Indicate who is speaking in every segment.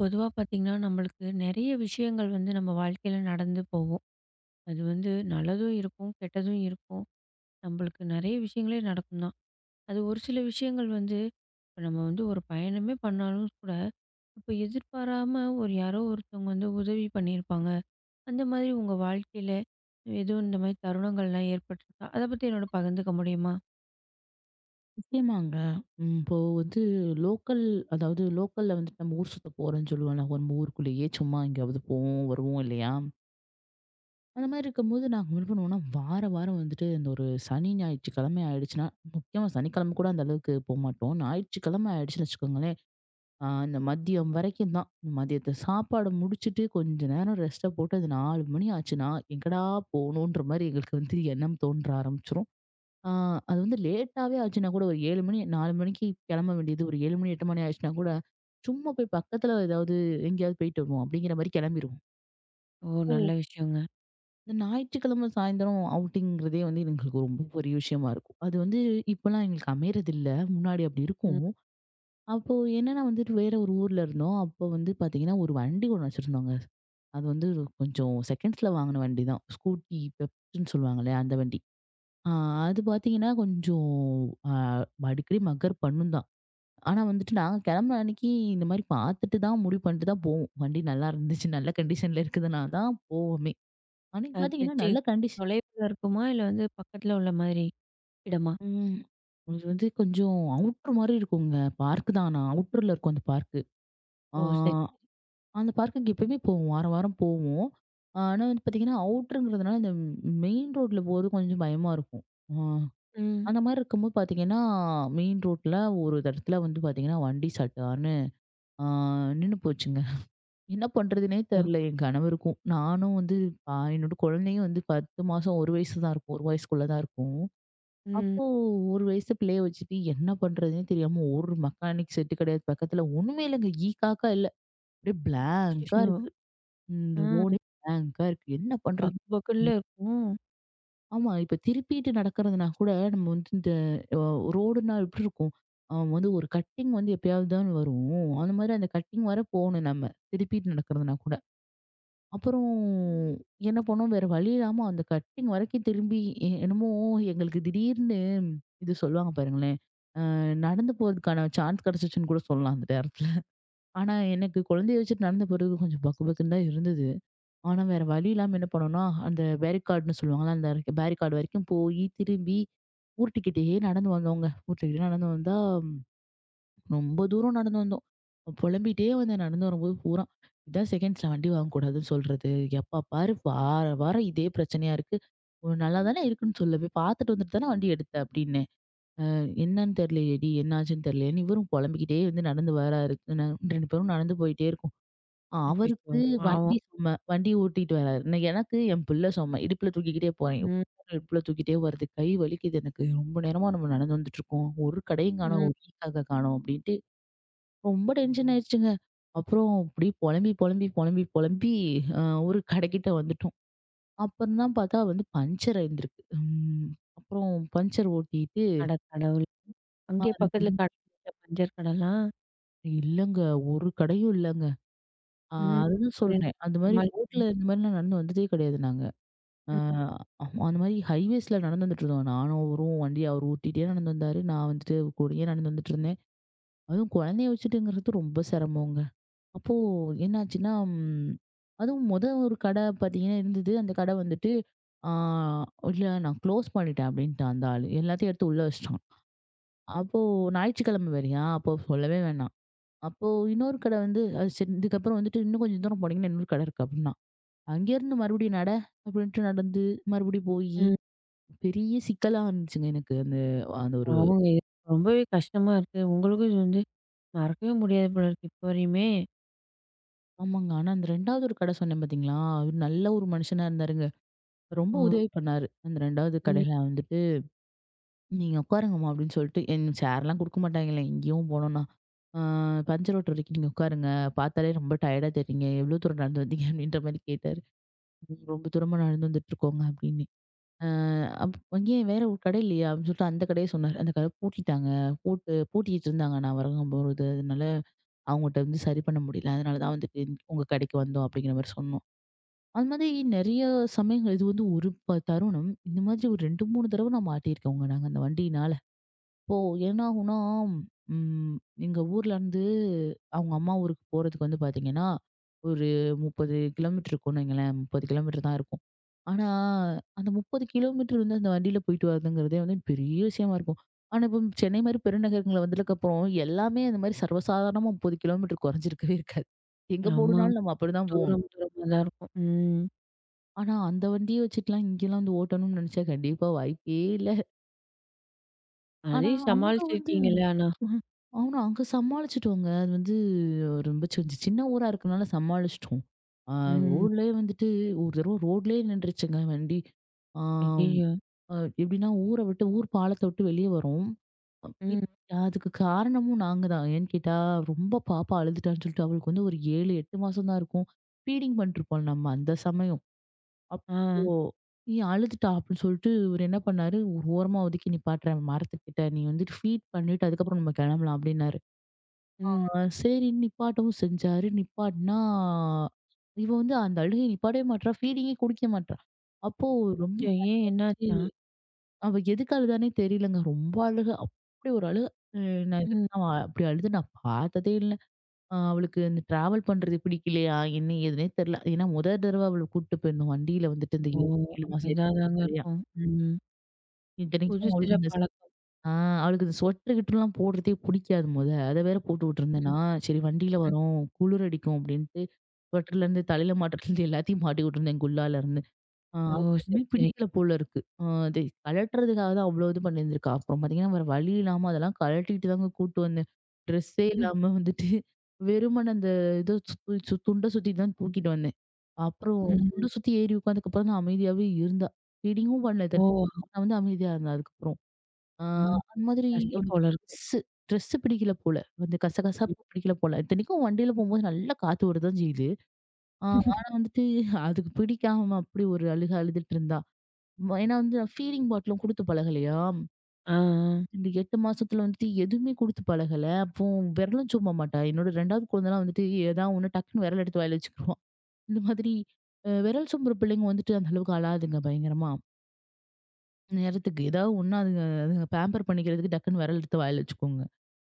Speaker 1: பொதுவாக பார்த்தீங்கன்னா நம்மளுக்கு நிறைய விஷயங்கள் வந்து நம்ம வாழ்க்கையில் நடந்து போகும். அது வந்து நல்லதும் இருக்கும், கெட்டதும் இருக்கும். நம்மளுக்கு நிறைய விஷயங்களே நடக்கும் தான். அது ஒரு சில விஷயங்கள் வந்து இப்போ நம்ம வந்து ஒரு பயணமே பண்ணாலும் கூட, இப்போ எதிர்பாராம ஒரு யாரோ ஒருத்தவங்க வந்து உதவி பண்ணியிருப்பாங்க. அந்த மாதிரி உங்கள் வாழ்க்கையில் எதுவும் இந்த மாதிரி தருணங்கள்லாம் ஏற்பட்டிருக்கா, அதை பற்றி என்னோட பகிர்ந்துக்க முடியுமா?
Speaker 2: நிச்சயமாங்க. ம். இப்போ வந்து லோக்கல் அதாவது லோக்கல்ல வந்துட்டு நம்ம ஊர் சுத்த போறோம்ன்னு சொல்லுவோம்ல. நம்ம ஊருக்குள்ளேயே சும்மா எங்கேயாவது போவோம், வருவோம் இல்லையா? அந்த மாரி இருக்கும்போது நாங்க என்ன பண்ணுவோம்னா, வார வாரம் வந்துட்டு இந்த ஒரு சனி, ஞாயிற்றுக்கிழமை ஆயிடுச்சுன்னா, முக்கியமா சனிக்கிழமை கூட அந்த அளவுக்கு போமாட்டோம். ஞாயிற்றுக்கிழமை ஆயிடுச்சுன்னு வச்சுக்கோங்களேன், அந்த மதியம் வரைக்கும் தான். மதியத்த சாப்பாடு முடிச்சுட்டு கொஞ்ச நேரம் ரெஸ்ட்ட போட்டு அது 4 மணி ஆச்சுன்னா, எங்கடா போணுன்ற மாரி எங்களுக்கு வந்து எண்ணம் தோன்ற ஆரம்பிச்சுரும். ஆ, அது வந்து லேட்டாவே ஆச்சுன்னா கூட ஒரு 7 மணி 4 மணிக்கு கிளம்ப வேண்டியது ஒரு 7 மணி 8 மணி ஆச்சுன்னா கூட, சும்மா போய் பக்கத்துல ஏதாவது எங்கேயாவது போயிட்டு வருவோம் அப்படிங்கிற மாதிரி கிளம்பிருவோம்.
Speaker 1: ஓ, நல்ல
Speaker 2: ஓ!
Speaker 1: விஷயங்க.
Speaker 2: இந்த ஞாயிற்றுக்கிழமை சாயந்தரம் அவுட்டிங்கிறதே வந்து எங்களுக்கு ரொம்ப பெரிய விஷயமா இருக்கும். அது வந்து இப்பலாம் எங்களுக்கு அமையறதில்ல. முன்னாடி அப்படி
Speaker 1: ம்.
Speaker 2: இருக்கும். அப்போ என்னன்னா வந்துட்டு வேற ஒரு ஊர்ல இருந்தோம். அப்போ வந்து பார்த்தீங்கன்னா, ஒரு வண்டி ஒண்ணு வச்சிருந்தோங்க. அது வந்து கொஞ்சம் செகண்ட்ஸ்ல வாங்கின வண்டி தான். ஸ்கூட்டி பெப்ஸ்ன்னு சொல்லுவாங்கல்ல அந்த வண்டி. ஆ அது பார்த்தீங்கன்னா, கொஞ்சம் அ அடிக்கடி மக்கர் பண்ணும் தான். ஆனா வந்துட்டு நாங்க கிளம்புன அன்னைக்கு இந்த மாரி பார்த்துட்டு தான் முடிவு பண்ணிட்டு தான் போவோம். வண்டி நல்லா இருந்துச்சு, நல்ல கண்டிஷன்ல இருக்குதுன்னா தான் போவோமே! அன்னைக்கு
Speaker 1: அது
Speaker 2: பார்த்தீங்கன்னா,
Speaker 1: தெச்சு
Speaker 2: நல்ல கண்டிஷன்.
Speaker 1: தொலைவில் இருக்குமா, இல்லை வந்து பக்கத்தில் உள்ள மாதிரி இடமா?
Speaker 2: ம். அது வந்து கொஞ்சம் அவுட்ரு மாரி இருக்குங்க. பார்க் தான். ஆனா அவுட்டர்ல இருக்கும் அந்த பார்க்கு. ஆ
Speaker 1: ஓ, சரி சரி.
Speaker 2: அந்த பார்க்குக்கு எப்பயுமே போவோம். வாரம், வாரம் போவோம். ஆனா வந்து பார்த்தீங்கன்னா, அவுட்ருங்கிறதுனால இந்த மெயின் ரோட்ல போறது கொஞ்சம் பயமா இருக்கும். ஆ.
Speaker 1: ம்.
Speaker 2: அந்த மாரி இருக்கும்போது பார்த்தீங்கன்னா, மெயின் ரோட்ல ஒரு இடத்துல வந்து பார்த்தீங்கன்னா, வண்டி சட்டார்ன்னு ஆ நின்னு போச்சுங்க. என்ன பண்றதுன்னே தெரியல என் கணவருக்கும். நானும் வந்து என்னோட குழந்தையும் வந்து 10 மாசம் 1 வயசு தான் இருக்கும். 1 வயசுக்குள்ள தான் இருக்கும்.
Speaker 1: ம்.
Speaker 2: அப்போ 1 வயசு பிள்ளைய வச்சுட்டு என்ன பண்றதுன்னே தெரியாம ஒரு மெக்கானிக் செட்டு கிடையாது பக்கத்துல. ஒண்ணுமே இல்லங்க. ஈ, காக்கா இல்ல. அப்படியே பிளாங்க்கா
Speaker 1: அச்சச்சோ!
Speaker 2: இருக்கு. ம்
Speaker 1: ஆ.
Speaker 2: ரோடே பிளாங்க்கா இருக்கு. என்ன பண்றது?
Speaker 1: பக்கு பக்குன்ல இருக்கும்.
Speaker 2: ஆமா. இப்ப திருப்பிட்டு நடக்கிறதுனா கூட நம்ம வந்து இந்த அ ரோடுன்னா எப்படி இருக்கும்? அ வந்து ஒரு கட்டிங் வந்து எப்பயாவது தான் வரும். அந்த மாதிரி அந்த கட்டிங் வர போணும் நம்ம. திருப்பிட்டு நடக்கிறதுனா கூட. அப்புறம் என்ன பண்ணோம், வேற வழி இல்லாம அந்த கட்டிங் வரைக்கும் திரும்பி என்னமோ எங்களுக்கு திடீர்னு இது சொல்லுவாங்க பாருங்களேன். அ நடந்து போறதுக்கான சான்ஸ் கிடைச்சிச்சுன்னு கூட சொல்லலாம் அந்த நேரத்துல. ஆனா எனக்கு குழந்தைய வச்சுட்டு நடந்து போறது கொஞ்சம் பக்கு பக்குன்னு தான் இருந்தது. ஆனா, வேற வழி இல்லாம என்ன பண்ணோம்னா, அந்த பேரிகார்டுன்னு சொல்லுவாங்கல்ல, அந்த பேரிகார்டு வரைக்கும் போயி, திரும்பி ஊருட்டுக்கிட்டே நடந்து வந்தோங்க. ஊருட்டுக்கிட்டே நடந்து வந்தா, ம், ரொம்ப தூரம் நடந்து வந்தோம். புலம்பிட்டே வந்தேன் நடந்து வரும்போது பூரா. இதான் செகண்ட்ஸ்ல வண்டி வாங்கக்கூடாதுன்னு சொல்றது. எப்ப பாரு வார வாரம் இதே பிரச்சனையா இருக்கு. நல்லா தானே இருக்குன்னு சொல்லு. போய் பார்த்துட்டு வந்துட்டு தானே வண்டி எடுத்த அப்டின்னேன். அ என்னன்னு தெரியலையேடி, என்னாச்சுன்னு தெரியலையேன்னு இவரும் புலம்பிக்கிட்டே வந்து நடந்து வராரு. நா 2 பேரும் நடந்து போயிட்டே இருக்கோம்.
Speaker 1: அச்சச்சோ!
Speaker 2: அவருக்கு வண்டி
Speaker 1: பாவம்.
Speaker 2: சுமை. வண்டி ஓட்டிட்டு வராரு. நான் எனக்கு என் பிள்ளை சுமை. இடுப்புல தூக்கிக்கிட்டே போறேன்.
Speaker 1: ம்.
Speaker 2: இடுப்புல தூக்கிட்டே வருது. கை வலிக்குது எனக்கு. ரொம்ப நேரமா நம்ம நடந்து வந்துட்டு இருக்கோம். ஒரு கடையும் காணோம்.
Speaker 1: ம்.
Speaker 2: ஒரு டீ கடை காணோம் அப்படின்ட்டு ரொம்ப டென்ஷன் ஆயிடுச்சுங்க. அப்புறம் அப்படியே புலம்பி, புலம்பி, புலம்பி, புலம்பி அ ஒரு கடைக்கிட்ட வந்துட்டோம். அப்புறம் தான் பார்த்தா வந்து பஞ்சர் ஆயிருந்திருக்கு. ம். அப்புறம் பஞ்சர் ஓட்டிட்டு
Speaker 1: அட கடவுளே! அங்கேயே பக்கத்துல
Speaker 2: மறுபடியும்
Speaker 1: கடை இருந்துச்சா? பஞ்சர் கடலாம்?
Speaker 2: இல்லங்க. ஒரு கடையும் இல்லங்க. அ
Speaker 1: ம்.
Speaker 2: அதுதான்
Speaker 1: அப்புறம்
Speaker 2: சொல்றேன்.
Speaker 1: எப்படி
Speaker 2: அந்த மாரி
Speaker 1: சமாளிச்சீங்க?
Speaker 2: ரோட்ல இந்த மாரிலாம் நடந்து வந்ததே கிடையாது நாங்க. ஆ
Speaker 1: ம்.
Speaker 2: ஆமா. அந்த மாரி ஹைவேஸ்ல நடந்து வந்துட்டுருந்தோம். நானும் அவரும் வண்டி அவர் ஓட்டிட்டே நடந்து வந்தாரு. நான் வந்துட்டு கூடயே நடந்து வந்துட்டுருந்தேன். அதுவும் குழந்தைய வச்சுட்டுங்கிறது ரொம்ப சிரமங்க. அப்போ என்னாச்சுன்னா, ம் அதுவும் மொத ஒரு கடை பார்த்தீங்கன்னா இருந்தது. அந்த கடை வந்துட்டு, ஆ இல்ல நான் க்ளோஸ் பண்ணிட்டேன் அப்டின்ட்டான் அந்த ஆளு. எல்லாத்தையும் எடுத்து உள்ள வச்சுட்டான். அப்போ ஞாயிற்றுக்கிழமை வேறயா, அப்போ சொல்லவே வேணாம். அப்போ இன்னொரு கடை வந்து அது சரி இதுக்கப்புறம் வந்துட்டு இன்னும் கொஞ்சம் தூரம் போனீங்கன்னா இன்னொரு கடை இருக்கு அப்டின்னா. அங்கேருந்து மறுபடியும் அப்டின்ட்டு நடந்து மறுபடியும் போயி
Speaker 1: ம்.
Speaker 2: பெரிய சிக்கலா இருந்துச்சுங்க எனக்கு. அந்த அந்த ஒரு
Speaker 1: பாவங்க. இது ரொம்பவே கஷ்டமா இருக்கு. உங்களுக்கும் இது வந்து மறக்கவே முடியாது போல இருக்கு இப்ப வரையுமே.
Speaker 2: ஆமாங்க. ஆனா அந்த 2வது ஒரு கடை சொன்னேன் பார்த்தீங்களா? அவரு நல்ல ஒரு மனுஷனா இருந்தாருங்க. ரொம்ப
Speaker 1: ஓ!
Speaker 2: உதவி பண்ணாரு. அந்த 2வது
Speaker 1: ம்.
Speaker 2: கடையில வந்துட்டு, "நீங்க உட்காருங்கம்மா" அப்படின்னு சொல்லிட்டு என் சேர்லாம் குடுக்க மாட்டாங்கல்ல எங்கேயும் போனோம்னா. "ஆ பஞ்சர் ஓட்டுற வரைக்கும் நீங்க உட்காருங்க. பார்த்தாலே ரொம்ப டயர்டா தெரிறீங்க. எவ்வளோ தூரம் நடந்து வந்தீங்க?" அப்படின்ற மாரி கேட்டாரு. "ம் ரொம்ப தூரமா நடந்து வந்துட்டுருக்கோங்க" அப்படின்னு. "ஆ அங்கேயும் வேற ஒரு கடை இல்லையா?" அப்படின்னு சொல்லிட்டு அந்த கடைய சொன்னாரு. அந்த கடை பூட்டிட்டாங்க. பூட்டு பூட்டிட்டு இருந்தாங்க நான் வரங்கும்போது. அதனால அவங்கட்ட வந்து சரி பண்ண முடியல. அதனால தான் வந்துட்டு உங்க கடைக்கு வந்தோம் அப்படிங்கிற மாரி சொன்னோம். அது மாதிரி நெறைய சமயங்கள் இது வந்து ஒரு தருணம். இந்த மாதிரி ஒரு 2, 3 தடவ நான் மாட்டியிருக்கோங்க நாங்க அந்த வண்டியினால. அப்போ என்னாகும்னா, ம் எங்க ஊர்லருந்து அவங்க அம்மா ஊருக்கு போறதுக்கு வந்து பாத்தீங்கன்னா, ஒரு 30 கிலோமீட்டர் இருக்கும்னு வைங்களேன். 30 கிலோமீட்டர் தான் இருக்கும். ஆனா, அந்த 30 கிலோமீட்டர் வந்து அந்த வண்டியில போயிட்டு வரதுங்கிறதே வந்து பெரிய விஷயமா இருக்கும். ஆனா, இப்போ சென்னை மாரி பெருநகரங்கள்ல வந்ததுக்கப்புறம் எல்லாமே அந்த மாரி சர்வசாதாரணமா 30 கிலோமீட்டர் குறைஞ்சிருக்கவே இருக்காது. எங்க
Speaker 1: ஆமா.
Speaker 2: போணும்னாலும் நம்ம அப்படிதான் போகணும்.
Speaker 1: தூரம் தூரமா தான் இருக்கும். ம்.
Speaker 2: ஆனா, அந்த வண்டிய வச்சுட்டுலாம் இங்கேலாம் வந்து ஓட்டணும்னு நெனச்சா கண்டிப்பா வாய்ப்பே இல்ல. ஆனா,
Speaker 1: அதையும்
Speaker 2: அங்க வந்து
Speaker 1: சமாளிச்சிருக்கீங்கல்ல ஆனா.
Speaker 2: ஆனா, அங்க சமாளிச்சுட்டோங்க. அது வந்து ரொம்ப சின்ன ஊரா இருக்கனால சமாளிச்சுட்டோம். ஆ
Speaker 1: ம்.
Speaker 2: ரோட்லயே வந்துட்டு ஒரு தடவ ரோட்லயே நின்றுச்சுங்க வண்டி. ஆம்
Speaker 1: ஐயய்யோ!
Speaker 2: அ எப்படின்னா ஊர விட்டு ஊர் பாலத்த விட்டு வெளிய வரோம்.
Speaker 1: ம்.
Speaker 2: அதுக்கு காரணமும் நாங்க தான். ஏன்னு கேட்டா, ரொம்ப பாப்பா அழுதுட்டான்னு சொல்லிட்டு அவளுக்கு வந்து ஒரு 7, 8 மாசம் தான் இருக்கும். ஃபீடிங் பண்ணிட்டுருப்போம் நம்ம அந்த சமயம்.
Speaker 1: ஆ.
Speaker 2: அப்போ "நீ அழுதுட்டா" அப்படின்னு சொல்லிட்டு இவரு என்ன பண்ணாரு, ஒரு ஓரமா ஒதுக்கி நிப்பாட்டுறேன் மரத்துக்கிட்ட. "நீ வந்துட்டு ஃபீட் பண்ணிட்டு அதுக்கப்புறம் நம்ம கிளம்பலாம்" அப்படின்னாரு.
Speaker 1: ம்.
Speaker 2: ஆ சரி நிப்பாட்டவும் செஞ்சாரு. நிப்பாட்னா, இவ வந்து அந்த அழுகைய நிப்பாட்டவே மாட்றா. ஃபீடிங்கே குடிக்க மாட்றா. அப்போ ரொம்ப
Speaker 1: ம். ஏன் என்னாச்சாம்?
Speaker 2: ஆச்சரிய- அவ எதுக்கு அழுதான்னே தெரியலங்க. ரொம்ப அழுக. அப்படி ஒரு அழுக. அ நான் இது
Speaker 1: ம்.
Speaker 2: வரைக்கும் அவ அப்படி அழுது நான் பார்த்ததே இல்ல. அவளுக்கு இந்த டிராவல் பண்றது பிடிக்கலையா? என்ன ஏதுன்னே தெரியல. ஏன்னா, முதல் தடவ அவள கூட்டு போயிருந்தோம். வண்டியில வந்துட்டு இந்த
Speaker 1: ஓ!
Speaker 2: 7
Speaker 1: அப்ப
Speaker 2: மாசம், 8
Speaker 1: இதா தாங்க
Speaker 2: மாசத்துலயா.
Speaker 1: இருக்கும். ம். புது
Speaker 2: இத்தனைக்கும்
Speaker 1: சில
Speaker 2: அவளுக்கு இந்த
Speaker 1: பழக்கம்.
Speaker 2: ஆ அவளுக்கு இந்த ஸ்வெட்டர் கிட்டர்லாம் போடுறதே பிடிக்காது மொத. அத வேற போட்டு விட்டுருந்தேனா,
Speaker 1: ம்.
Speaker 2: சரி வண்டியில
Speaker 1: ம்.
Speaker 2: வரோம், குளிர் அடிக்கும் அப்டின்ட்டு, ஸ்வெட்டர்லேருந்து தலையில மாட்டுறதுலேருந்து எல்லாத்தையும் மாட்டி விட்டுருந்தேன் குல்லாலருந்து. ஆ
Speaker 1: ஓ!
Speaker 2: அது
Speaker 1: சரி,
Speaker 2: எதுவுமே
Speaker 1: சரி.
Speaker 2: பிடிக்கல போல இருக்கு. ஆ அது கழட்டுறதுக்காக தான் அவ்ளோ இது பண்ணியிருந்திருக்கா. அப்புறம் பார்த்தீங்கன்னா, வேற வழி இல்லாம அதெல்லாம் கழட்டிட்டு தாங்க கூட்டு வந்தேன். ட்ரெஸ்ஸே
Speaker 1: ம்.
Speaker 2: இல்லாம வந்துட்டு வெறுமனே அந்த இத சுத்தி துண்ட சுத்தி தான் தூக்கிட்டு வந்தேன். அப்புறம் துண்ட சுத்தி ஏறி உட்காந்ததுக்கப்புறம் தான் அமைதியாவே இருந்தா. ஃபீடிங்கும் பண்ணல
Speaker 1: ஓ!
Speaker 2: இத்தனைக்கும். ஆனா வந்து அமைதியா இருந்தா அதுக்கப்புறம். ஆ
Speaker 1: ம்.
Speaker 2: அந்த மாதிரி
Speaker 1: பசி
Speaker 2: அவனுக்கு
Speaker 1: போல இருக்கு.
Speaker 2: ட்ரெஸ்ஸு ட்ரெஸ்ஸு பிடிக்கல போல. அந்த
Speaker 1: ம்.
Speaker 2: கசகசப்பு பிடிக்கல போல. இத்தனைக்கும் வண்டியில போம்போது நல்லா காத்து வரதான் செய்யுது. ஆ ஆனா வந்துட்டு அதுக்கு பிடிக்காம அப்படி ஒரு அழுக அழுதுட்டு இருந்தா. ஏன்னா வந்து நான் ஃபீடிங் பாட்டிலும் குடுத்து பழகலையா?
Speaker 1: ஆ, ஆ.
Speaker 2: இந்த 8 மாசத்துல வந்துட்டு எதுவுமே குடுத்து பழகல. அப்போ விரலும் சும்மா மாட்டா. என்னோட 2வது குழந்தலாம் வந்துட்டு ஏதா ஒண்ணு டக்குன்னு விரல் எடுத்து வாயில வச்சுக்குருவா. இந்த மாதிரி விரல் சும்புற பிள்ளைங்க வந்துட்டு அந்த அளவுக்கு அழாதுங்க பயங்கரமா. நேரத்துக்கு ஏதாவது ஒண்ணா அதுங்க அதுங்க பேம்பர் பண்ணிக்கிறதுக்கு டக்குன்னு விரல் எடுத்து வாயில வச்சுக்குங்க.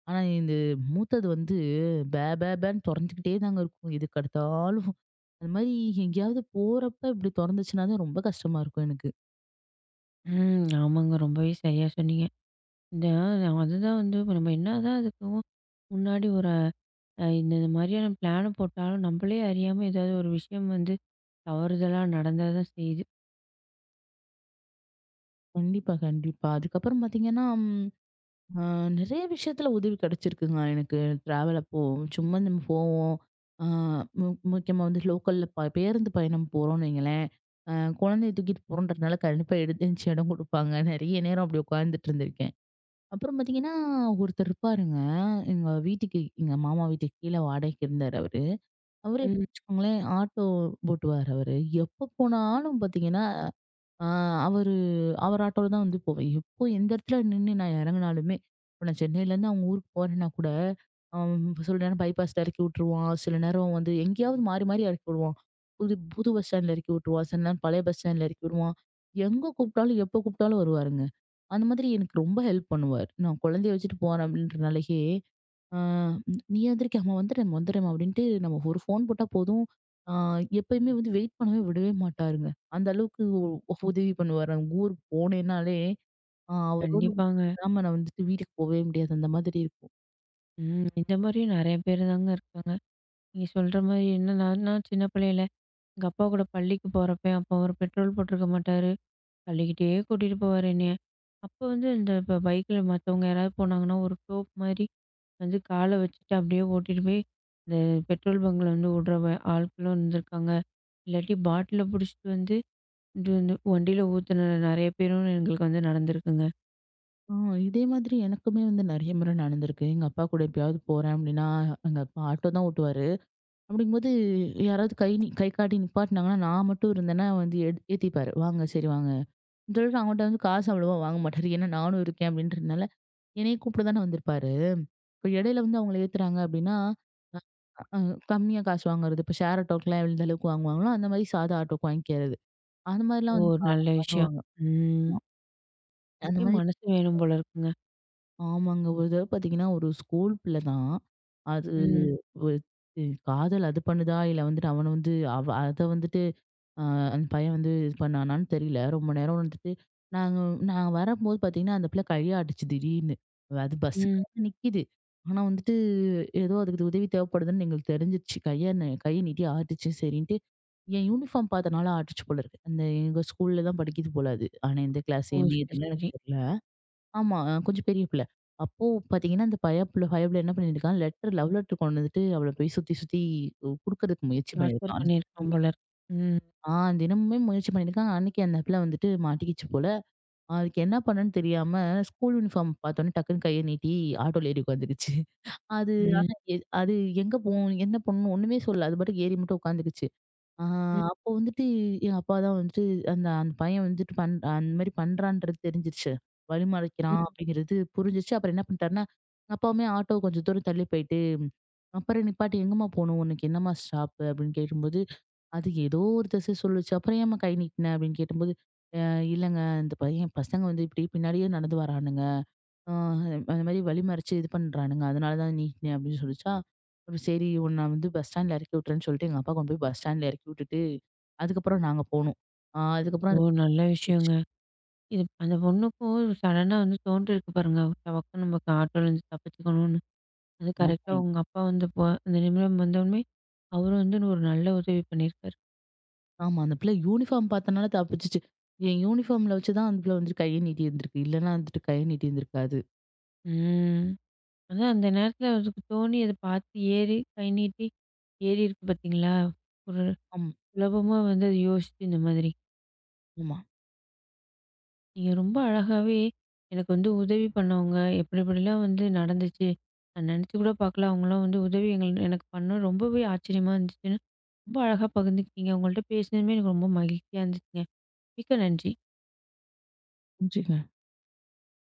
Speaker 2: ஆனா, இந்த மூத்தது வந்து பே பே பேன்னு தொறந்துக்கிட்டே தாங்க இருக்கும். எதுக்கடுத்தாலும். அது மாரி எங்கேயாவது போறப்ப இப்படி தொறந்துச்சுன்னா தான் ரொம்ப கஷ்டமா இருக்கும் எனக்கு.
Speaker 1: ம். ஆமாங்க. ரொம்பவே சரியா சொன்னீங்க. இந்த அதுதான் வந்து இப்ப நம்ம என்னதான் அதுக்கும் முன்னாடி ஒரு அ இந்த இந்த மாதிரியான பிளான போட்டாலும், நம்மளே அறியாம ஏதாவது ஒரு விஷயம் வந்து தவறுதலா நடந்தா தான் செய்யுது.
Speaker 2: கண்டிப்பா, கண்டிப்பா. அதுக்கப்புறம் பார்த்தீங்கன்னா, ம் அ நெறைய விஷயத்துல உதவி கிடைச்சிருக்குங்க எனக்கு டிராவல் அப்போ. சும்மா நம்ம போவோம். ஆ மு முக்கியமா வந்து லோக்கல்ல பேருந்து பயணம் போறோம்னு வைங்களேன். அ குழந்தைய தூக்கிட்டு போறோன்றதுனால கண்டிப்பா எடுத்து எந்திரிச்சு இடம் குடுப்பாங்க. நெறைய நேரம் அப்படி உட்கார்ந்துட்டு இருந்திருக்கேன். அப்புறம் பாத்தீங்கன்னா, ஒருத்தர் இருப்பாருங்க. எங்க வீட்டுக்கு எங்க மாமா வீட்டுக்கு கீழ வாடகைக்கு இருந்தாரு அவரு. அவரு எப்படி
Speaker 1: ம்.
Speaker 2: வச்சுக்கோங்களேன் ஆட்டோ ஓட்டுவாரு அவரு. எப்ப போனாலும் பாத்தீங்கன்னா, ஆ அவரு அவர் ஆட்டோல தான் வந்து போவேன். எப்போ எந்த இடத்துல நின்னு நான் இறங்குனாலுமே, இப்போ நான் சென்னையிலேருந்து அவங்க ஊருக்கு போறேன்னா கூட, அம் சில நேரம் பைபாஸ்ல இறக்கி விட்டுருவான். சில நேரம் வந்து எங்கேயாவது மாறி மாறி இறக்கி விடுவான். புது புது பஸ் ஸ்டாண்ட்ல இறக்கி விட்டுருவான். சில நேரம் பழைய பஸ் ஸ்டாண்ட்ல இறக்கி விடுவான். எங்க கூப்பிட்டாலும், எப்போ கூப்பிட்டாலும் வருவாருங்க. அந்த மாதிரி எனக்கு ரொம்ப ஹெல்ப் பண்ணுவார். நான் குழந்தைய வச்சுட்டு போறேன் அப்படின்றனாலயே ஆ "ம், "நீ எந்திரிக்க, அம்மா வந்துடுறேம்மா" அப்படின்ட்டு நம்ம ஒரு ஃபோன் போட்டா போதும். ஆ எப்பயுமே வந்து வெயிட் பண்ணவே விடவே மாட்டாருங்க. அந்த அளவுக்கு உதவி பண்ணுவாரு. அங்க ஊர் போனேன்னாலே, ஆ அவரோட உதவி
Speaker 1: கண்டிப்பாங்க.
Speaker 2: இல்லாம நான் வந்துட்டு வீட்டுக்கு போவே முடியாது. அந்த மாதிரி இருக்கும்.
Speaker 1: ம். இந்த மாதிரியும் நெறைய பேர் தாங்க இருக்காங்க. நீங்க சொல்ற மாரி என்ன, நான்லாம் சின்ன பிள்ளையில எங்க அப்பா கூட பள்ளிக்கு போறப்ப, அப்போ அவரு பெட்ரோல் போட்டிருக்க மாட்டாரு. தள்ளிக்கிட்டே கூட்டிட்டு போவாரு என்னைய. அப்போ வந்து இந்த இப்ப பைக்ல மத்தவங்க யாராவது போனாங்கன்னா, ஒரு டோப் மாரி வந்து கால வச்சுட்டு அப்படியே ஓட்டிட்டு போய், இந்த பெட்ரோல் பங்க்ல வந்து விடுறவ ஆட்களும் இருந்திருக்காங்க. இல்லாட்டி பாட்டில புடிச்சிட்டு வந்து இது வந்து வண்டியில ஊத்துன நெறைய பேரும் எங்களுக்கு வந்து நடந்திருக்குங்க.
Speaker 2: ஆ இதே மாதிரி எனக்குமே வந்து நெறைய முறை நடந்திருக்கு. எங்க அப்பா கூட எப்பயாவது போறேன் அப்படின்னா, எங்க அப்பா ஆட்டோ தான் ஓட்டுவாரு. அப்படிங்கும்போது யாராவது கை காட்டி நிப்பாட்டுனாங்கன்னா, நான் மட்டும் இருந்தேன்னா வந்து ஏத்திப்பாரு. "வாங்க, சரி வாங்க" சொல்லிட்டு அவங்கள்ட்ட வந்து காசு அவ்வளவா வாங்க மாட்டாரு. ஏன்னா நானும் இருக்கேன் அப்படின்றதுனால. என்னைய கூப்பிட தானே வந்திருப்பாரு. இப்ப இடையில வந்து அவங்கள ஏத்துறாங்க அப்டின்னா, அ கம்மியா காசு வாங்குறது. இப்ப ஷேர் ஆட்டோக்கெல்லாம் எந்த அளவுக்கு வாங்குவாங்களோ, அந்த மாரி சாதா ஆட்டோக்கு வாங்கிக்கிறது. அந்த
Speaker 1: ஓ!
Speaker 2: மாரிலாம் வந்து
Speaker 1: ஒரு நல்ல விஷயம்.
Speaker 2: பண்ணுவாங்க.
Speaker 1: ம்.
Speaker 2: ஆமா. அந்த
Speaker 1: இதுக்கே
Speaker 2: மாரி
Speaker 1: மனசு வேணும் போல இருக்குங்க.
Speaker 2: ஆமாங்க. ஒரு தடவ பார்த்தீங்கன்னா, ஒரு ஸ்கூல் பிள்ள தான். அது
Speaker 1: ம்.
Speaker 2: ஒரு காதல் அது பண்ணுதா, இல்ல வந்துட்டு அவன வந்து அவ அத வந்துட்டு ஆ அந்த பையன் வந்து இது பண்ணானான்னு தெரியல. ரொம்ப நேரம் வந்துட்டு நாங்க நாங்க வரம்போது பார்த்தீங்கன்னா, அந்த பிள்ள கையாட்டுச்சு திடீர்னு. அது
Speaker 1: ம்.
Speaker 2: பஸ்ஸுக்காக நிக்கிது. ஆனா வந்துட்டு ஏதோ அதுக்கு உதவி தேவைப்படுதுன்னு எங்களுக்கு தெரிஞ்சிருச்சு. கைய நீட்டி ஆட்டுச்சு. சரின்ட்டு என் யூனிஃபார்ம் பார்த்தனால ஆட்டுச்சு போல இருக்கு. அந்த எங்க ஸ்கூல்ல தான் படிக்குது போல அது. ஆனா எந்த கிளாஸ்
Speaker 1: ஓ!
Speaker 2: என்ன
Speaker 1: சரி,
Speaker 2: ஏதுன்னுலாம் எனக்கு
Speaker 1: சரி.
Speaker 2: தெரியல. ஆமா கொஞ்சம் பெரிய பிள்ள. அப்போ பார்த்தீங்கன்னா, அந்த பய புள்ள என்ன பண்ணியிருக்கான் லவ் லெட்டர் கொண்டு வந்துட்டு அவள போய் சுத்தி சுத்தி குடுக்குறதுக்கு முயற்சி
Speaker 1: டார்ச்சர்
Speaker 2: பண்ணியிருக்கான்.
Speaker 1: பண்ணியிருக்கலாம் போல இருக்கு. ம்.
Speaker 2: ஆ தினமுமே முயற்சி பண்ணியிருக்கேன். அன்னைக்கு அந்த பிள்ள வந்துட்டு மாட்டிக்கிச்சு போல. அதுக்கு என்ன பண்ணன்னு தெரியாம ஸ்கூல் யூனிஃபார்ம் பார்த்தோன்னே டக்குன்னு கைய நீட்டி ஆட்டோல ஏறி உட்காந்துருச்சு. அது
Speaker 1: ம்.
Speaker 2: ஆனா அது எங்க போகும்? என்ன பண்ணும்? ஒண்ணுமே சொல்லல. அது பாட்டுக்கு ஏறி மட்டும் உட்காந்துருச்சு. ஆ
Speaker 1: ம்.
Speaker 2: அப்போ வந்துட்டு எங்க அப்பா தான் வந்துட்டு அந்த அந்த பையன் வந்துட்டு அந்த மாரி பண்றான்றது தெரிஞ்சிருச்சு.
Speaker 1: ம்.
Speaker 2: வழிமறைக்கிறான் அப்படிங்கிறது புரிஞ்சிருச்சு. அப்புறம் என்ன பண்ணிட்டாருன்னா, எங்க அப்பாவுமே ஆட்டோ கொஞ்சம் தூரம் தள்ளி போயிட்டு, அப்புறம் நிப்பாட்டி எங்கம்மா போணும்? உனக்கு என்னம்மா ஸ்டாப்? அப்படின்னு கேட்கும்போது அது ஏதோ ஒரு திசை சொல்லுச்சு. அப்புறம் ஏம்மா கை நீட்டின? அப்படின்னு கேட்டபோது, அ இல்லங்க இந்த பையன் பசங்க வந்து இப்படி பின்னாடியே நடந்து வரானுங்க. அ அந்த மாரி வழி மறிச்சு இது பண்றானுங்க. அதனால தான் நீட்டினேன் அப்படின்னு சொல்லுச்சா. அப்புறம் சரி உன்ன நான் வந்து பஸ் ஸ்டாண்ட்ல இறக்கி விட்டுறேன்னு சொல்லிட்டு எங்க அப்பா கொண்டு போய் பஸ் ஸ்டாண்ட்ல இறக்கி விட்டுட்டு, அதுக்கப்புறம் நாங்க போனோம். அதுக்கப்புறம்
Speaker 1: ஓ!
Speaker 2: அந்த பஸ்
Speaker 1: நல்ல
Speaker 2: ஏறி போச்சு.
Speaker 1: விஷயங்க. இது அந்த பொண்ணுக்கும் சடனா வந்து தோன்றிருக்கு பாருங்க. டபக்குனு நமக்கு ஆட்டோலேருந்து தப்பிச்சுக்கணும்னு. அது
Speaker 2: ஆமா,
Speaker 1: கரெக்ட்டா உங்க அப்பா வந்து போ அந்த நிமிடம் வந்தோனே, அவரும் வந்து ஒரு நல்ல உதவி பண்ணியிருக்காரு.
Speaker 2: ஆமா. அந்த பிள்ளை யூனிஃபார்ம் பார்த்தனால தப்பிச்சுச்சு. என் யூனிஃபார்ம்ல வச்சு தான் அந்த பிள்ளை வந்து கைய நீட்டியிருந்திருக்கு. இல்லன்னா வந்துட்டு கைய நீட்டியிருந்திருக்காது.
Speaker 1: ம். அதான் அந்த நேரத்தில அதுக்கு தோணி அத பார்த்து ஏறி கை நீட்டி ஏறியிருக்கு பார்த்தீங்களா? ஒரு
Speaker 2: ஆமா,
Speaker 1: சுலபமா வந்து அத யோசிச்சு இந்த மாதிரி.
Speaker 2: ஆமா.
Speaker 1: நீங்க ரொம்ப அழகாவே எனக்கு வந்து உதவி பண்ணவங்க எப்படி எப்படிலாம் வந்து நடந்துச்சு. நான் நினச்சு கூட பார்க்கல. அவங்கலாம் வந்து உதவி எங்கள் எனக்கு பண்ண ரொம்பவே ஆச்சரியமா இருந்துச்சுன்னு, ரொம்ப அழகா பகிர்ந்துக்கிட்டீங்க. உங்கள்ட்ட பேசினதுமே எனக்கு ரொம்ப மகிழ்ச்சியா இருந்துச்சுங்க. மிக்க நன்றி.
Speaker 2: புரிஞ்சுங்க.